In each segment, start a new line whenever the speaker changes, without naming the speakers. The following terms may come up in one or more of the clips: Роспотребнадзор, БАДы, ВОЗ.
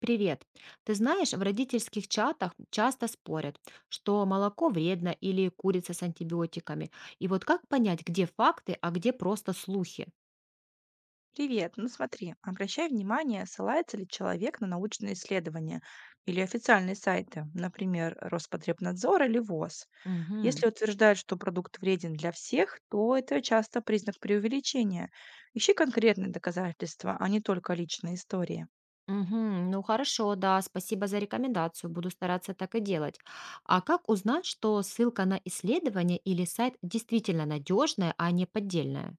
Привет. Ты знаешь, в родительских чатах часто спорят, что молоко вредно или курица с антибиотиками. И вот как понять, где факты, а где просто слухи?
Привет, ну смотри, обращай внимание, ссылается ли человек на научные исследования или официальные сайты, например, Роспотребнадзор или ВОЗ.
Мгм.
Если утверждают, что продукт вреден для всех, то это часто признак преувеличения. Ищи конкретные доказательства, а не только личные истории.
Мгм, ну хорошо, да, спасибо за рекомендацию, буду стараться так и делать. А как узнать, что ссылка на исследование или сайт действительно надежная, а не поддельная?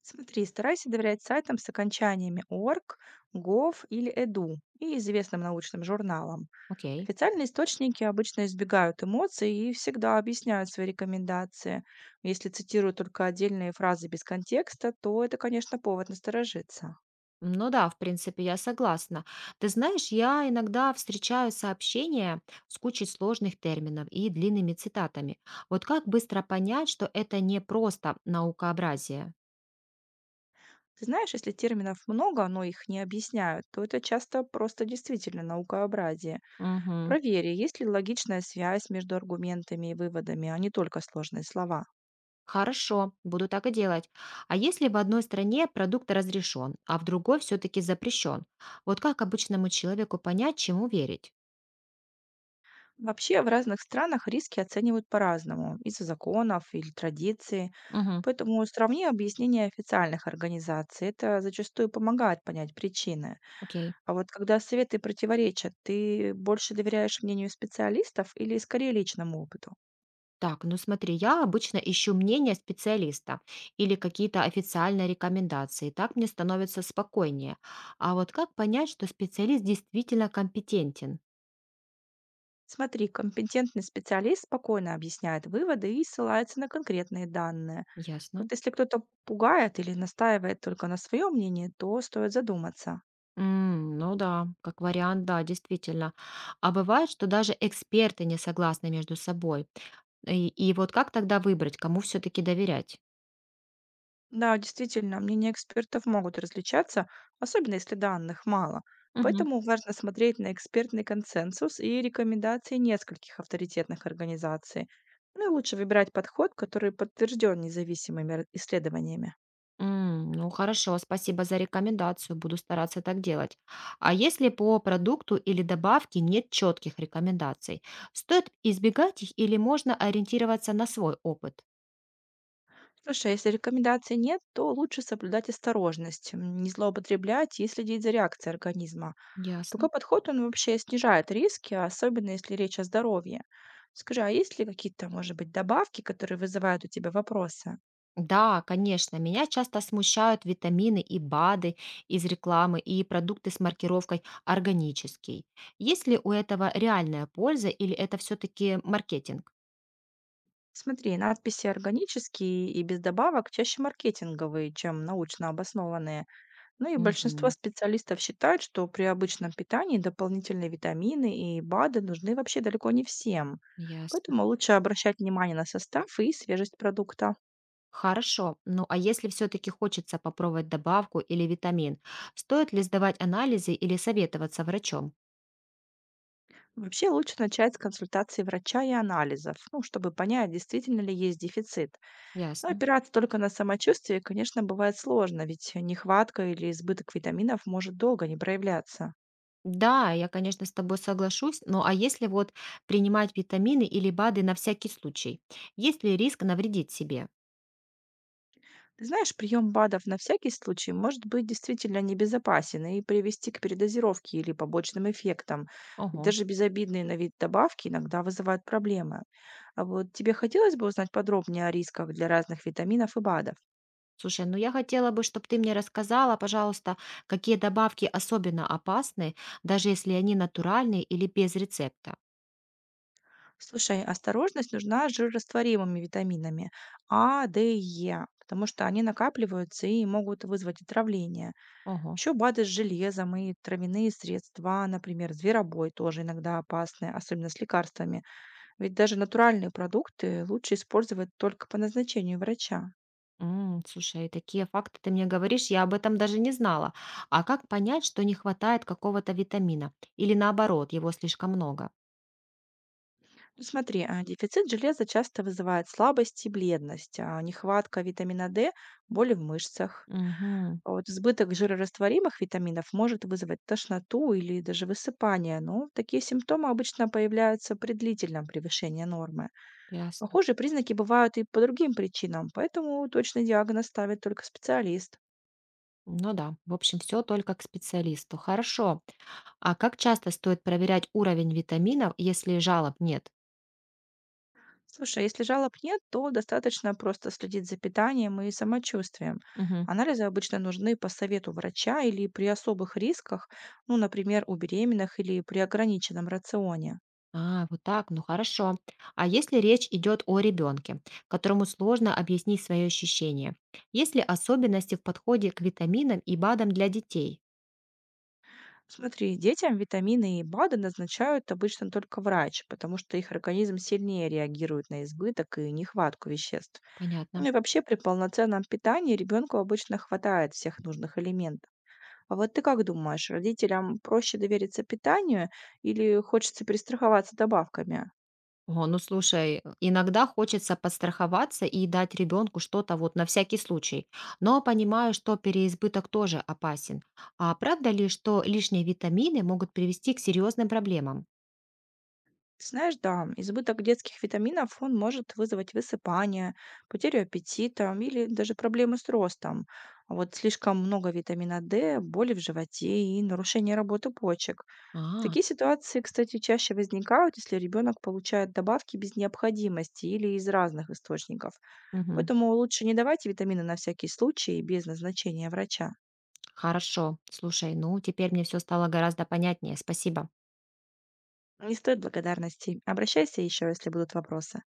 Смотри, старайся доверять сайтам с окончаниями .org, .gov или .edu и известным научным журналам.
Окей.
Официальные источники обычно избегают эмоций и всегда объясняют свои рекомендации. Если цитируют только отдельные фразы без контекста, то это, конечно, повод насторожиться.
Ну да, в принципе, я согласна. Ты знаешь, я иногда встречаю сообщения с кучей сложных терминов и длинными цитатами. Вот как быстро понять, что это не просто наукообразие?
Ты знаешь, если терминов много, но их не объясняют, то это часто просто действительно наукообразие.
Мгм.
Провери, есть ли логичная связь между аргументами и выводами, а не только сложные слова.
Хорошо, буду так и делать. А если в одной стране продукт разрешен, а в другой все-таки запрещен? Вот как обычному человеку понять, чему верить?
Вообще в разных странах риски оценивают по-разному, из-за законов или традиций.
Мгм.
Поэтому сравни объяснения официальных организаций. Это зачастую помогает понять причины.
Окей.
А вот когда советы противоречат, ты больше доверяешь мнению специалистов или скорее личному опыту?
Так, ну смотри, я обычно ищу мнение специалиста или какие-то официальные рекомендации. Так мне становится спокойнее. А вот как понять, что специалист действительно компетентен?
Смотри, компетентный специалист спокойно объясняет выводы и ссылается на конкретные данные.
Ясно.
Вот если кто-то пугает или настаивает только на своем мнении, то стоит задуматься.
М, ну да, как вариант, да, действительно. А бывает, что даже эксперты не согласны между собой. И вот как тогда выбрать, кому все-таки доверять?
Да, действительно, мнения экспертов могут различаться, особенно если данных мало. Поэтому важно смотреть на экспертный консенсус и рекомендации нескольких авторитетных организаций. Ну и лучше выбирать подход, который подтвержден независимыми исследованиями.
М, ну хорошо, спасибо за рекомендацию, буду стараться так делать. А если по продукту или добавке нет четких рекомендаций, стоит избегать их или можно ориентироваться на свой опыт?
Слушай, а если рекомендаций нет, то лучше соблюдать осторожность, не злоупотреблять и следить за реакцией организма.
Ясно.
Такой подход, он вообще снижает риски, особенно если речь о здоровье. Скажи, а есть ли какие-то, может быть, добавки, которые вызывают у тебя вопросы?
Да, конечно, меня часто смущают витамины и БАДы из рекламы и продукты с маркировкой «органический». Есть ли у этого реальная польза или это все-таки маркетинг?
Смотри, надписи органические и без добавок чаще маркетинговые, чем научно обоснованные. Ну и большинство
Мгм.
специалистов считают, что при обычном питании дополнительные витамины и БАДы нужны вообще далеко не всем.
Ясно.
Поэтому лучше обращать внимание на состав и свежесть продукта.
Хорошо. Ну а если все-таки хочется попробовать добавку или витамин, стоит ли сдавать анализы или советоваться врачом?
Вообще лучше начать с консультации врача и анализов, ну, чтобы понять, действительно ли есть дефицит. Но
Ясно.
опираться только на самочувствие, конечно, бывает сложно, ведь нехватка или избыток витаминов может долго не проявляться.
Да, я, конечно, с тобой соглашусь, но а если вот принимать витамины или БАДы на всякий случай? Есть ли риск навредить себе?
Ты знаешь, прием БАДов на всякий случай может быть действительно небезопасен и привести к передозировке или побочным эффектам.
Ага.
Даже безобидные на вид добавки иногда вызывают проблемы. А вот тебе хотелось бы узнать подробнее о рисках для разных витаминов и БАДов?
Слушай, ну я хотела бы, чтобы ты мне рассказала, пожалуйста, какие добавки особенно опасны, даже если они натуральные или без рецепта.
Слушай, осторожность нужна с жирорастворимыми витаминами А, Д и Е, потому что они накапливаются и могут вызвать отравление.
Ага.
Еще БАДы с железом и травяные средства, например, зверобой тоже иногда опасны, особенно с лекарствами. Ведь даже натуральные продукты лучше использовать только по назначению врача.
М, слушай, а такие факты ты мне говоришь, я об этом даже не знала. А как понять, что не хватает какого-то витамина? Или наоборот, его слишком много?
Ну, смотри, дефицит железа часто вызывает слабость и бледность, а нехватка витамина D — боли в мышцах.
Угу,
А вот избыток жирорастворимых витаминов может вызвать тошноту или даже высыпание, но такие симптомы обычно появляются при длительном превышении нормы.
ясно.
Похожие признаки бывают и по другим причинам, поэтому точный диагноз ставит только специалист.
Ну да, в общем, все только к специалисту. Хорошо. А как часто стоит проверять уровень витаминов, если жалоб нет?
Слушай, если жалоб нет, то достаточно просто следить за питанием и самочувствием.
Мгм.
Анализы обычно нужны по совету врача или при особых рисках, ну, например, у беременных или при ограниченном рационе.
А, вот так, ну хорошо. А если речь идет о ребенке, которому сложно объяснить свои ощущения? Есть ли особенности в подходе к витаминам и БАДам для детей?
Смотри, детям витамины и БАДы назначают обычно только врач, потому что их организм сильнее реагирует на избыток и нехватку веществ. Ну
Понятно.
и вообще при полноценном питании ребенку обычно хватает всех нужных элементов. А вот ты как думаешь, родителям проще довериться питанию или хочется перестраховаться добавками?
О, ну слушай, иногда хочется подстраховаться и дать ребенку что-то вот на всякий случай, но понимаю, что переизбыток тоже опасен. А правда ли, что лишние витамины могут привести к серьезным проблемам?
Ты знаешь, да, избыток детских витаминов, он может вызвать высыпание, потерю аппетита или даже проблемы с ростом. А вот слишком много витамина D, боли в животе и нарушение работы почек.
А,
Такие ситуации, кстати, чаще возникают, если ребенок получает добавки без необходимости или из разных источников.
мгм.
Поэтому лучше не давайте витамины на всякий случай и без назначения врача.
Хорошо. Слушай, ну теперь мне все стало гораздо понятнее. Спасибо.
Не стоит благодарности. Обращайся еще, если будут вопросы.